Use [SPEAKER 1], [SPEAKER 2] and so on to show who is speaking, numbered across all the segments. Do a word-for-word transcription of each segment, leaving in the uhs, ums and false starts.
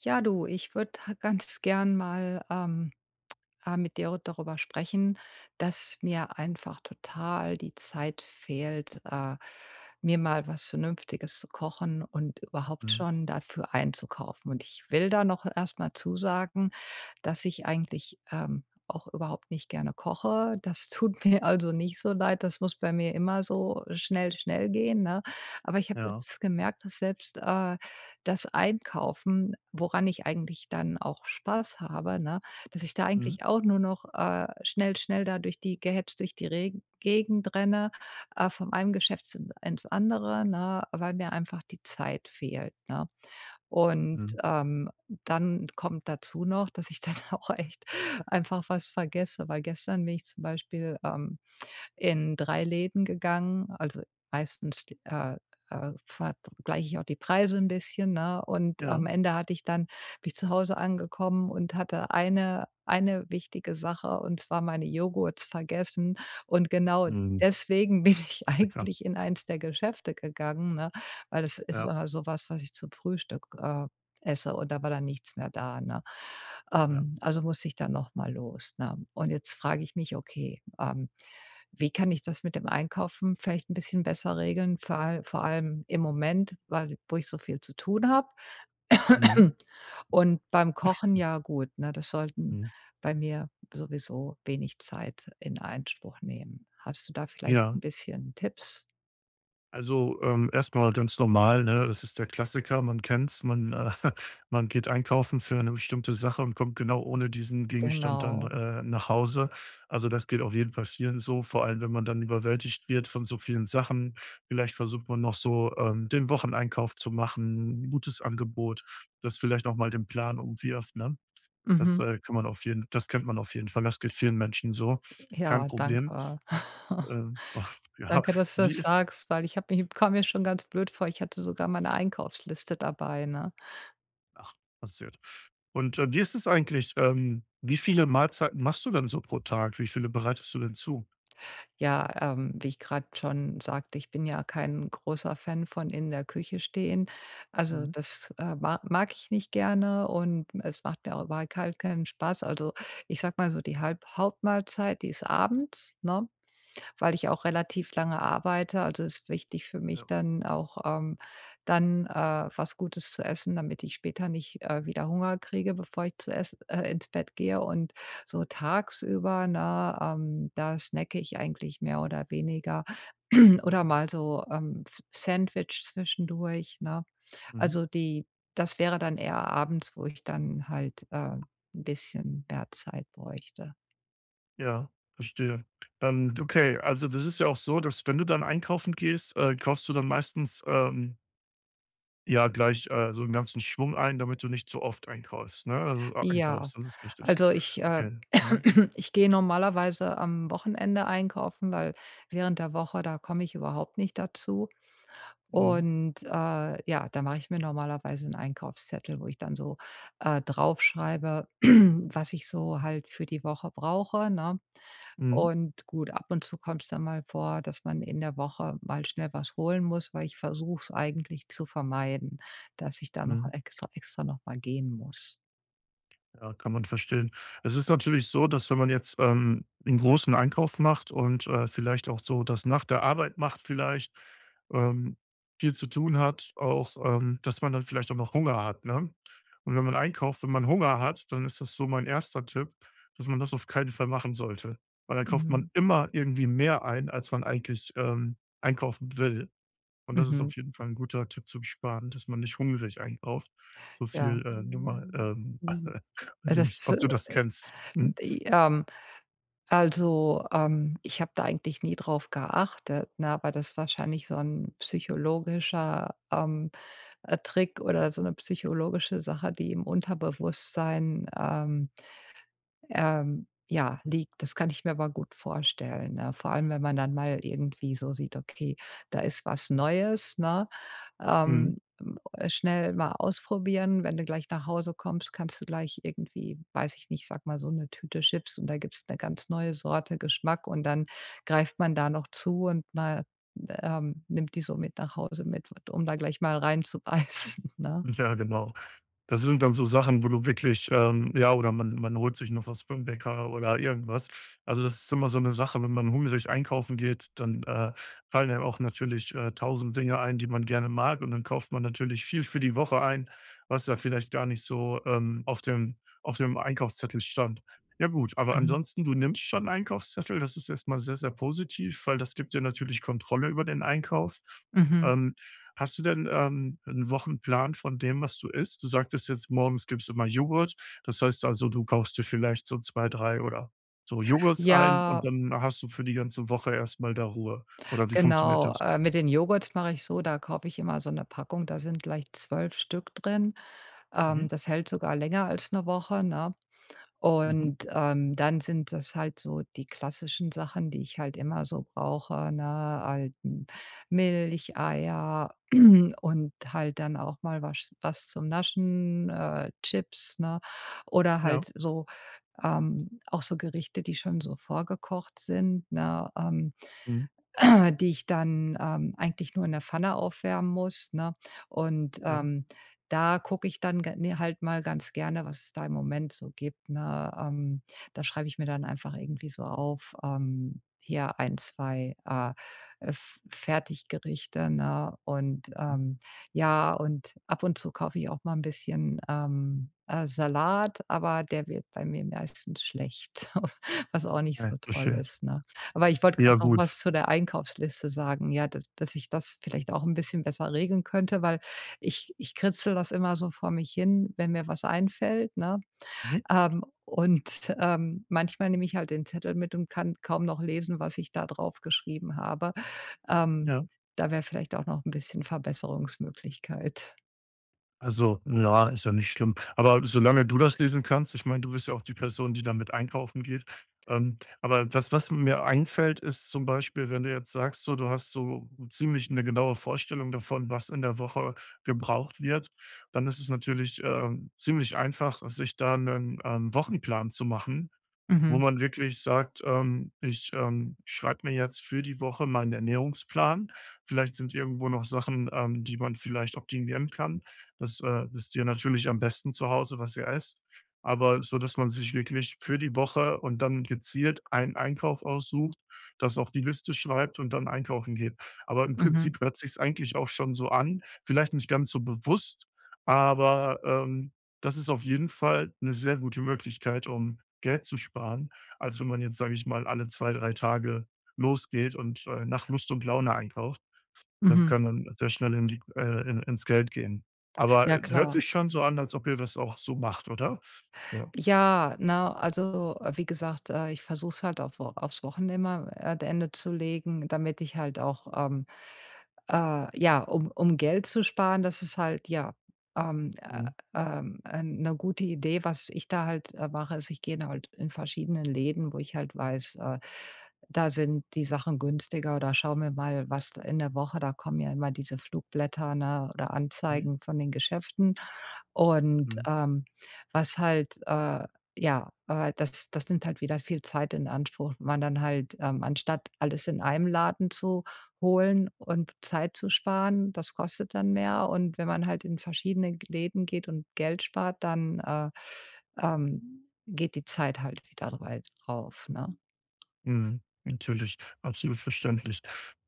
[SPEAKER 1] Ja, du, ich würde ganz gern mal ähm, äh, mit dir darüber sprechen, dass mir einfach total die Zeit fehlt, äh, mir mal was Vernünftiges zu kochen und überhaupt
[SPEAKER 2] Mhm.
[SPEAKER 1] schon dafür einzukaufen. Und ich will da noch erstmal mal zusagen, dass ich eigentlich, ähm, auch überhaupt nicht gerne koche. Das tut mir also nicht so leid. Das muss bei mir immer so schnell, schnell gehen, ne? Aber ich habe
[SPEAKER 2] Ja.
[SPEAKER 1] jetzt gemerkt, dass selbst, äh, das Einkaufen, woran ich eigentlich dann auch Spaß habe, ne, dass ich da
[SPEAKER 2] Mhm.
[SPEAKER 1] eigentlich auch nur noch, äh, schnell, schnell da durch die gehetzt durch die Reg Gegend renne, äh, von einem Geschäft zu ins andere, ne, weil mir einfach die Zeit fehlt, ne? Und,
[SPEAKER 2] Mhm.
[SPEAKER 1] ähm, dann kommt dazu noch, dass ich dann auch echt einfach was vergesse, weil gestern bin ich zum Beispiel, ähm in drei Läden gegangen, also meistens, äh, äh, vergleiche ich auch die Preise ein bisschen, ne? Und am
[SPEAKER 2] Ja.
[SPEAKER 1] Ende hatte ich dann bin ich zu Hause angekommen und hatte eine eine wichtige Sache, und zwar meine Joghurts vergessen. Und genau
[SPEAKER 2] Mhm.
[SPEAKER 1] deswegen bin ich
[SPEAKER 2] Das ist ja krass.
[SPEAKER 1] eigentlich in eins der Geschäfte gegangen, ne, weil das ist
[SPEAKER 2] Ja,
[SPEAKER 1] immer so was, ich zum Frühstück, äh, esse und da war dann nichts mehr da, ne?
[SPEAKER 2] ja.
[SPEAKER 1] Ähm, also musste ich dann noch mal los, ne? Und jetzt frage ich mich: „Okay, ähm“ wie kann ich das mit dem Einkaufen vielleicht ein bisschen besser regeln, vor all vor allem im Moment, weil wo ich so viel zu tun habe?"
[SPEAKER 2] Mhm.
[SPEAKER 1] Und beim Kochen, ja gut, ne, das sollten
[SPEAKER 2] Mhm.
[SPEAKER 1] bei mir sowieso wenig Zeit in Anspruch nehmen. Hast du da vielleicht
[SPEAKER 2] Ja.
[SPEAKER 1] ein bisschen Tipps?
[SPEAKER 2] Also, ähm, erst ganz normal, ne? Das ist der Klassiker, man kennt's. Man, äh, man geht einkaufen für eine bestimmte Sache und kommt genau ohne diesen Gegenstand dann,
[SPEAKER 1] Genau.
[SPEAKER 2] äh, nach Hause. Also, das geht auf jeden Fall vielen so, vor allem, wenn man dann überwältigt wird von so vielen Sachen. Vielleicht versucht man noch so, ähm, den Wocheneinkauf zu machen, 'n gutes Angebot, das vielleicht auch mal den Plan umwirft, ne? Das,
[SPEAKER 1] Mhm.
[SPEAKER 2] äh, kann man auf jeden das kennt man auf jeden Fall. Das geht vielen Menschen so. Kein
[SPEAKER 1] Ja,
[SPEAKER 2] Problem.
[SPEAKER 1] danke.
[SPEAKER 2] Ähm, ja,
[SPEAKER 1] Danke, dass du
[SPEAKER 2] wie
[SPEAKER 1] das
[SPEAKER 2] ist
[SPEAKER 1] sagst, weil ich habe mich kam mir schon ganz blöd vor. Ich hatte sogar meine Einkaufsliste dabei, ne?
[SPEAKER 2] ach, passiert. Und, äh, wie ist es eigentlich, ähm, wie viele Mahlzeiten machst du denn so pro Tag? Wie viele bereitest du denn zu?
[SPEAKER 1] Ja, ähm, wie ich gerade schon sagte, ich bin ja kein großer Fan von in der Küche stehen. Also,
[SPEAKER 2] Mhm,
[SPEAKER 1] das, äh, ma mag ich nicht gerne und es macht mir auch überhaupt keinen Spaß. Also, ich sage mal so, die Halb Hauptmahlzeit, die ist abends, ne, weil ich auch relativ lange arbeite. Also ist wichtig für mich
[SPEAKER 2] ja.
[SPEAKER 1] dann auch, ähm, dann, äh, was Gutes zu essen, damit ich später nicht, äh, wieder Hunger kriege, bevor ich zu ess äh, ins Bett gehe. Und so tagsüber, ne, ähm, da snacke ich eigentlich mehr oder weniger oder mal so, ähm, F Sandwich zwischendurch, ne?
[SPEAKER 2] Mhm,
[SPEAKER 1] Also die Das wäre dann eher abends, wo ich dann halt, äh, 'n bisschen mehr Zeit bräuchte.
[SPEAKER 2] ja, verstehe. Ähm, okay, also das ist ja auch so, dass wenn du dann einkaufen gehst, äh, kaufst du dann meistens, ähm ja, gleich, äh, so 'n ganzen Schwung ein, damit du nicht zu oft einkaufst, ne? Also, äh,
[SPEAKER 1] Ja,
[SPEAKER 2] einkaufst, das ist wichtig.
[SPEAKER 1] also ich, äh
[SPEAKER 2] Okay. Mhm.
[SPEAKER 1] ich gehe normalerweise am Wochenende einkaufen, weil während der Woche, da komme ich überhaupt nicht dazu.
[SPEAKER 2] Mhm.
[SPEAKER 1] Und, äh, ja, da mache ich mir normalerweise einen Einkaufszettel, wo ich dann so, äh, draufschreibe, was ich so halt für die Woche brauche, ne?
[SPEAKER 2] Mhm.
[SPEAKER 1] Und gut, ab und zu kommt es dann mal vor, dass man in der Woche mal schnell was holen muss, weil ich versuche es eigentlich zu vermeiden, dass ich da noch
[SPEAKER 2] Mhm.
[SPEAKER 1] extra extra noch mal gehen muss.
[SPEAKER 2] Ja, kann man verstehen. Es ist natürlich so, dass wenn man jetzt, ähm, 'n großen Einkauf macht und, äh, vielleicht auch so das nach der Arbeit macht vielleicht, ähm, viel zu tun hat, auch, ähm, dass man dann vielleicht auch noch Hunger hat, ne? Und wenn man einkauft, wenn man Hunger hat, dann ist das so mein erster Tipp, dass man das auf keinen Fall machen sollte, weil dann kauft man
[SPEAKER 1] Mhm.
[SPEAKER 2] immer irgendwie mehr ein, als man eigentlich, ähm, einkaufen will. Und das ist
[SPEAKER 1] Mhm.
[SPEAKER 2] auf jeden Fall ein guter Tipp zum Sparen, dass man nicht hungrig einkauft. So
[SPEAKER 1] Ja.
[SPEAKER 2] viel, äh, Nummer, ähm
[SPEAKER 1] Mhm.
[SPEAKER 2] Weiß
[SPEAKER 1] Also
[SPEAKER 2] ich nicht,
[SPEAKER 1] Das,
[SPEAKER 2] ob
[SPEAKER 1] äh,
[SPEAKER 2] du das kennst. Mhm,
[SPEAKER 1] die, ähm also, ähm, ich habe da eigentlich nie drauf geachtet, ne, aber das ist wahrscheinlich so ein psychologischer, ähm, äh, Trick oder so eine psychologische Sache, die im Unterbewusstsein, ähm ähm, ja, liegt. Das kann ich mir aber gut vorstellen, ne? Vor allem, wenn man dann mal irgendwie so sieht: „Okay, da ist was Neues", ne?
[SPEAKER 2] mhm.
[SPEAKER 1] Ähm, äh, Schnell mal ausprobieren. Wenn du gleich nach Hause kommst, kannst du gleich irgendwie, weiß ich nicht, sag mal, so eine Tüte Chips und da gibt's eine ganz neue Sorte Geschmack und dann greift man da noch zu und man, ähm, nimmt die so mit nach Hause mit, um da gleich mal reinzubeißen, ne?
[SPEAKER 2] Ja, genau. Das sind dann so Sachen, wo du wirklich, ähm ja, oder man man holt sich noch was beim Bäcker oder irgendwas. Also, das ist immer so eine Sache, wenn man hungrig einkaufen geht, dann, äh, fallen einem auch natürlich, äh, tausend Dinge ein, die man gerne mag und dann kauft man natürlich viel für die Woche ein, was da vielleicht gar nicht so, ähm, auf dem auf dem Einkaufszettel stand. Ja gut, aber
[SPEAKER 1] Mhm.
[SPEAKER 2] ansonsten, du nimmst schon einen Einkaufszettel, das ist erstmal sehr, sehr positiv, weil das gibt dir natürlich Kontrolle über den Einkauf.
[SPEAKER 1] Mhm.
[SPEAKER 2] Ähm Hast du denn, ähm, 'n Wochenplan von dem, was du isst? Du sagtest jetzt, morgens gibst du immer Joghurt. Das heißt also, du kaufst dir vielleicht so zwei, drei oder so Joghurts ein und
[SPEAKER 1] Ja.
[SPEAKER 2] dann hast du für die ganze Woche erst mal da Ruhe. Oder wie funktioniert
[SPEAKER 1] Genau,
[SPEAKER 2] das?
[SPEAKER 1] äh, mit den Joghurts mache ich so, da kaufe ich immer so eine Packung, da sind gleich zwölf Stück drin.
[SPEAKER 2] Mhm,
[SPEAKER 1] Ähm, das hält sogar länger als eine Woche, ne?
[SPEAKER 2] mhm,
[SPEAKER 1] Und, ähm, dann sind das halt so die klassischen Sachen, die ich halt immer so brauche, ne? Halt M Milch, Eier und halt dann auch mal was, was zum Naschen, äh, Chips, ne? Oder
[SPEAKER 2] ja,
[SPEAKER 1] halt so ähm, auch so Gerichte, die schon so vorgekocht sind, ne? Ähm
[SPEAKER 2] mhm,
[SPEAKER 1] die ich dann, ähm, eigentlich nur in der Pfanne aufwärmen muss, ne? Und,
[SPEAKER 2] ja,
[SPEAKER 1] ähm, da gucke ich dann ge ne, halt mal ganz gerne, was es da im Moment so gibt, ne? Ähm, da schreibe ich mir dann einfach irgendwie so auf, ähm, hier ein, zwei äh, F Fertiggerichte, ne? Und,
[SPEAKER 2] mhm.
[SPEAKER 1] ähm, ja, und ab und zu kaufe ich auch mal ein bisschen, ähm, äh, Salat, aber der wird bei mir meistens schlecht, was auch nicht
[SPEAKER 2] Ah,
[SPEAKER 1] so
[SPEAKER 2] so
[SPEAKER 1] toll
[SPEAKER 2] schön.
[SPEAKER 1] ist, ne? Aber ich wollte
[SPEAKER 2] Ja,
[SPEAKER 1] gerade noch
[SPEAKER 2] gut.
[SPEAKER 1] was zu der Einkaufsliste sagen, ja, dass dass ich das vielleicht auch ein bisschen besser regeln könnte, weil ich ich kritzel das immer so vor mich hin, wenn mir was einfällt, ne?
[SPEAKER 2] Mhm,
[SPEAKER 1] Ähm, und, ähm, manchmal nehme ich halt den Zettel mit und kann kaum noch lesen, was ich da drauf geschrieben habe. Ähm,
[SPEAKER 2] ja.
[SPEAKER 1] Da wäre vielleicht auch noch ein bisschen Verbesserungsmöglichkeit.
[SPEAKER 2] Also, ja, ist ja nicht schlimm. Aber solange du das lesen kannst, ich meine, du bist ja auch die Person, die damit einkaufen geht. Ähm, aber das, was mir einfällt, ist zum Beispiel, wenn du jetzt sagst, so, du hast so ziemlich eine genaue Vorstellung davon, was in der Woche gebraucht wird, dann ist es natürlich ähm, ziemlich einfach, sich da einen ähm, Wochenplan zu machen, wo
[SPEAKER 1] Mhm,
[SPEAKER 2] man wirklich sagt, ähm, ich, ähm, schreibe mir jetzt für die Woche meinen Ernährungsplan. Vielleicht sind irgendwo noch Sachen, ähm, die man vielleicht optimieren kann. Das, äh, wisst ihr natürlich am besten zu Hause, was ihr esst. Aber so, dass man sich wirklich für die Woche und dann gezielt einen Einkauf aussucht, das auf die Liste schreibt und dann einkaufen geht. Aber im
[SPEAKER 1] mhm,
[SPEAKER 2] Prinzip hört sich's eigentlich auch schon so an, vielleicht nicht ganz so bewusst, aber, ähm, das ist auf jeden Fall eine sehr gute Möglichkeit, um Geld zu sparen, als wenn man jetzt, sage ich mal, alle zwei drei Tage losgeht und, äh, nach Lust und Laune einkauft. Das
[SPEAKER 1] mhm.
[SPEAKER 2] kann dann sehr schnell in die äh, in ins Geld gehen. Aber
[SPEAKER 1] Ja,
[SPEAKER 2] äh, hört
[SPEAKER 1] klar.
[SPEAKER 2] sich schon so an, als ob ihr das auch so macht, oder? Ja.
[SPEAKER 1] Ja, na also, äh, wie gesagt, äh, ich versuche es halt auf Wo aufs Wochenimmer äh, Ende zu legen, damit ich halt auch, ähm, äh, ja, um um Geld zu sparen, das ist halt, ja, ähm, äh,
[SPEAKER 2] Mhm.
[SPEAKER 1] ähm, äh, 'ne gute Idee. Was ich da halt, äh, mache, ist, ich gehe halt in verschiedenen Läden, wo ich halt weiß, äh, da sind die Sachen günstiger oder schaue mir mal, was da in der Woche da kommen ja immer diese Flugblätter, ne, oder
[SPEAKER 2] Mhm.
[SPEAKER 1] Anzeigen von den Geschäften und,
[SPEAKER 2] Genau.
[SPEAKER 1] ähm was halt, äh, ja, äh, das das nimmt halt wieder viel Zeit in Anspruch, wenn man dann halt, ähm, anstatt alles in einem Laden zu holen und Zeit zu sparen, das kostet dann mehr. Und wenn man halt in verschiedene G Läden geht und Geld spart, dann, äh, ähm, geht die Zeit halt wieder drei drauf, ne?
[SPEAKER 2] Mhm. Natürlich, absolut verständlich.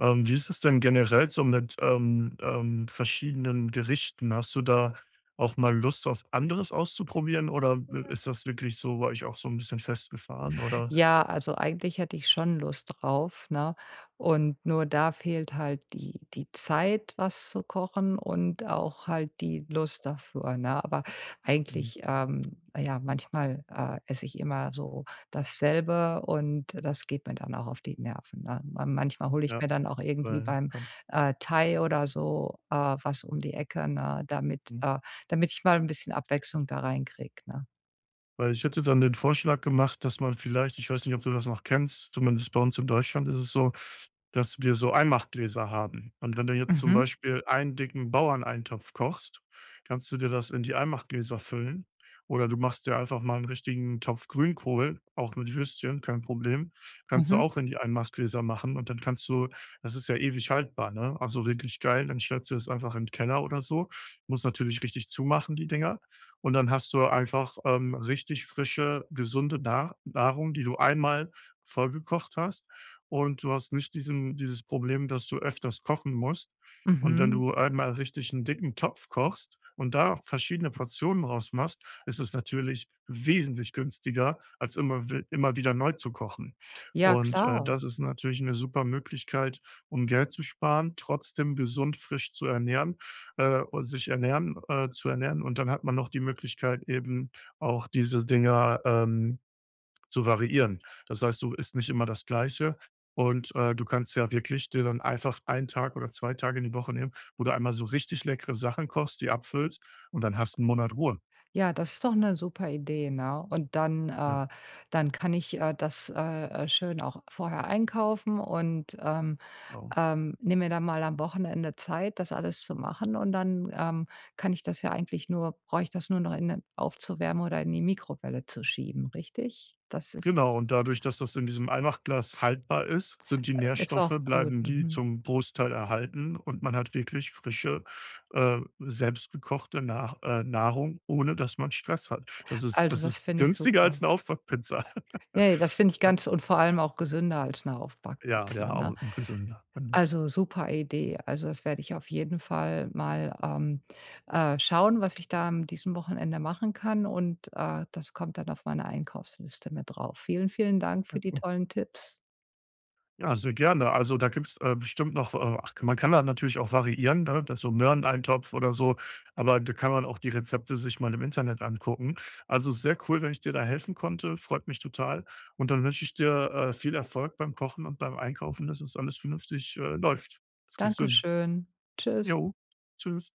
[SPEAKER 2] Ähm, wie ist es denn generell so mit, ähm, ähm, verschiedenen Gerichten? Hast du da auch mal Lust, was anderes auszuprobieren oder, äh, ist das wirklich so bei euch auch so ein bisschen festgefahren oder?
[SPEAKER 1] Ja, also eigentlich hätte ich schon Lust drauf, ne? Und nur da fehlt halt die die Zeit, was zu kochen und auch halt die Lust dafür, ne? Aber
[SPEAKER 2] Mhm.
[SPEAKER 1] eigentlich, ähm ja, manchmal, äh, esse ich immer so dasselbe und das geht mir dann auch auf die Nerven, ne? Man manchmal hole ich mir
[SPEAKER 2] Ja.
[SPEAKER 1] dann auch irgendwie
[SPEAKER 2] Weil
[SPEAKER 1] beim,
[SPEAKER 2] ja,
[SPEAKER 1] äh, Thai oder so, äh, was um die Ecke, ne, damit
[SPEAKER 2] mhm.
[SPEAKER 1] äh, damit ich mal ein bisschen Abwechslung da reinkriege, ne?
[SPEAKER 2] Weil ich hätte dann den Vorschlag gemacht, dass man vielleicht ich weiß nicht, ob du das noch kennst, zumindest bei uns in Deutschland ist es so, dass wir so Einmachgläser haben. Und wenn du jetzt zum
[SPEAKER 1] Mhm,
[SPEAKER 2] Beispiel einen dicken Bauerneintopf kochst, kannst du dir das in die Einmachgläser füllen. Oder du machst dir einfach mal einen richtigen Topf Grünkohl, auch mit Würstchen, kein Problem. Kannst du
[SPEAKER 1] mhm,
[SPEAKER 2] auch in die Einmachgläser machen, und dann kannst du das ist ja ewig haltbar, ne? Also wirklich geil, dann stellst du es einfach in 'n Keller oder so. Musst natürlich richtig zumachen, die Dinger. Und dann hast du einfach, ähm, richtig frische, gesunde Nah Nahrung, die du einmal vollgekocht hast und du hast nicht diesen dieses Problem, dass du öfters kochen musst. Und wenn
[SPEAKER 1] mhm.
[SPEAKER 2] du einmal richtig einen dicken Topf kochst und da verschiedene Portionen rausmachst, ist es natürlich wesentlich günstiger, als immer wi immer wieder neu zu kochen.
[SPEAKER 1] Ja,
[SPEAKER 2] Und, äh,
[SPEAKER 1] klar.
[SPEAKER 2] das ist natürlich eine super Möglichkeit, um Geld zu sparen, trotzdem gesund frisch zu ernähren, äh, und sich ernähren äh, zu ernähren. Und dann hat man noch die Möglichkeit, eben auch diese Dinger, ähm, zu variieren. Das heißt, du isst nicht immer das Gleiche und, äh, du kannst ja wirklich dir dann einfach einen Tag oder zwei Tage in die Woche nehmen, wo du einmal so richtig leckere Sachen kochst, die abfüllst, und dann hast du einen Monat Ruhe.
[SPEAKER 1] Ja, das ist doch eine super Idee, ne? Und dann
[SPEAKER 2] Ja,
[SPEAKER 1] äh, dann kann ich, äh, das, äh, äh, schön auch vorher einkaufen und, ähm,
[SPEAKER 2] genau.
[SPEAKER 1] ähm, nehme mir dann mal am Wochenende Zeit, das alles zu machen und dann, ähm, kann ich das ja eigentlich nur brauche ich das nur noch in 'ne aufzuwärmen oder in die Mikrowelle zu schieben, richtig? Das ist
[SPEAKER 2] Genau, und dadurch, dass das in diesem Einmachglas haltbar ist, sind die
[SPEAKER 1] ist
[SPEAKER 2] Nährstoffe
[SPEAKER 1] auch gut,
[SPEAKER 2] bleiben die
[SPEAKER 1] mhm.
[SPEAKER 2] zum Großteil erhalten und man hat wirklich frische, äh, selbstgekochte Nah äh, Nahrung, ohne dass man Stress hat. Das ist
[SPEAKER 1] Also,
[SPEAKER 2] das
[SPEAKER 1] das
[SPEAKER 2] ist
[SPEAKER 1] finde ich
[SPEAKER 2] günstiger als
[SPEAKER 1] super.
[SPEAKER 2] eine Aufbackpizza.
[SPEAKER 1] Ja, ja, das finde ich
[SPEAKER 2] Ja,
[SPEAKER 1] ganz und vor allem auch gesünder als eine
[SPEAKER 2] ja, ja,
[SPEAKER 1] Aufbackpizza, ne?
[SPEAKER 2] auch und gesünder. Genau.
[SPEAKER 1] Also, super Idee. Also, das werde ich auf jeden Fall mal, ähm, äh, schauen, was ich da an diesem Wochenende machen kann und, äh, das kommt dann auf meine Einkaufsliste mit drauf. Vielen, vielen Dank für die tollen Tipps.
[SPEAKER 2] Ja, sehr gerne. Also da gibt's, äh, bestimmt noch, äh ach, man kann da natürlich auch variieren, ne, das so Möhreneintopf oder so, aber da kann man auch die Rezepte sich mal im Internet angucken. Also sehr cool, wenn ich dir da helfen konnte, freut mich total, und dann wünsche ich dir, äh, viel Erfolg beim Kochen und beim Einkaufen, dass es alles vernünftig, äh, läuft. Das kriegst du hin.
[SPEAKER 1] Dankeschön. Tschüss.
[SPEAKER 2] Jo, tschüss.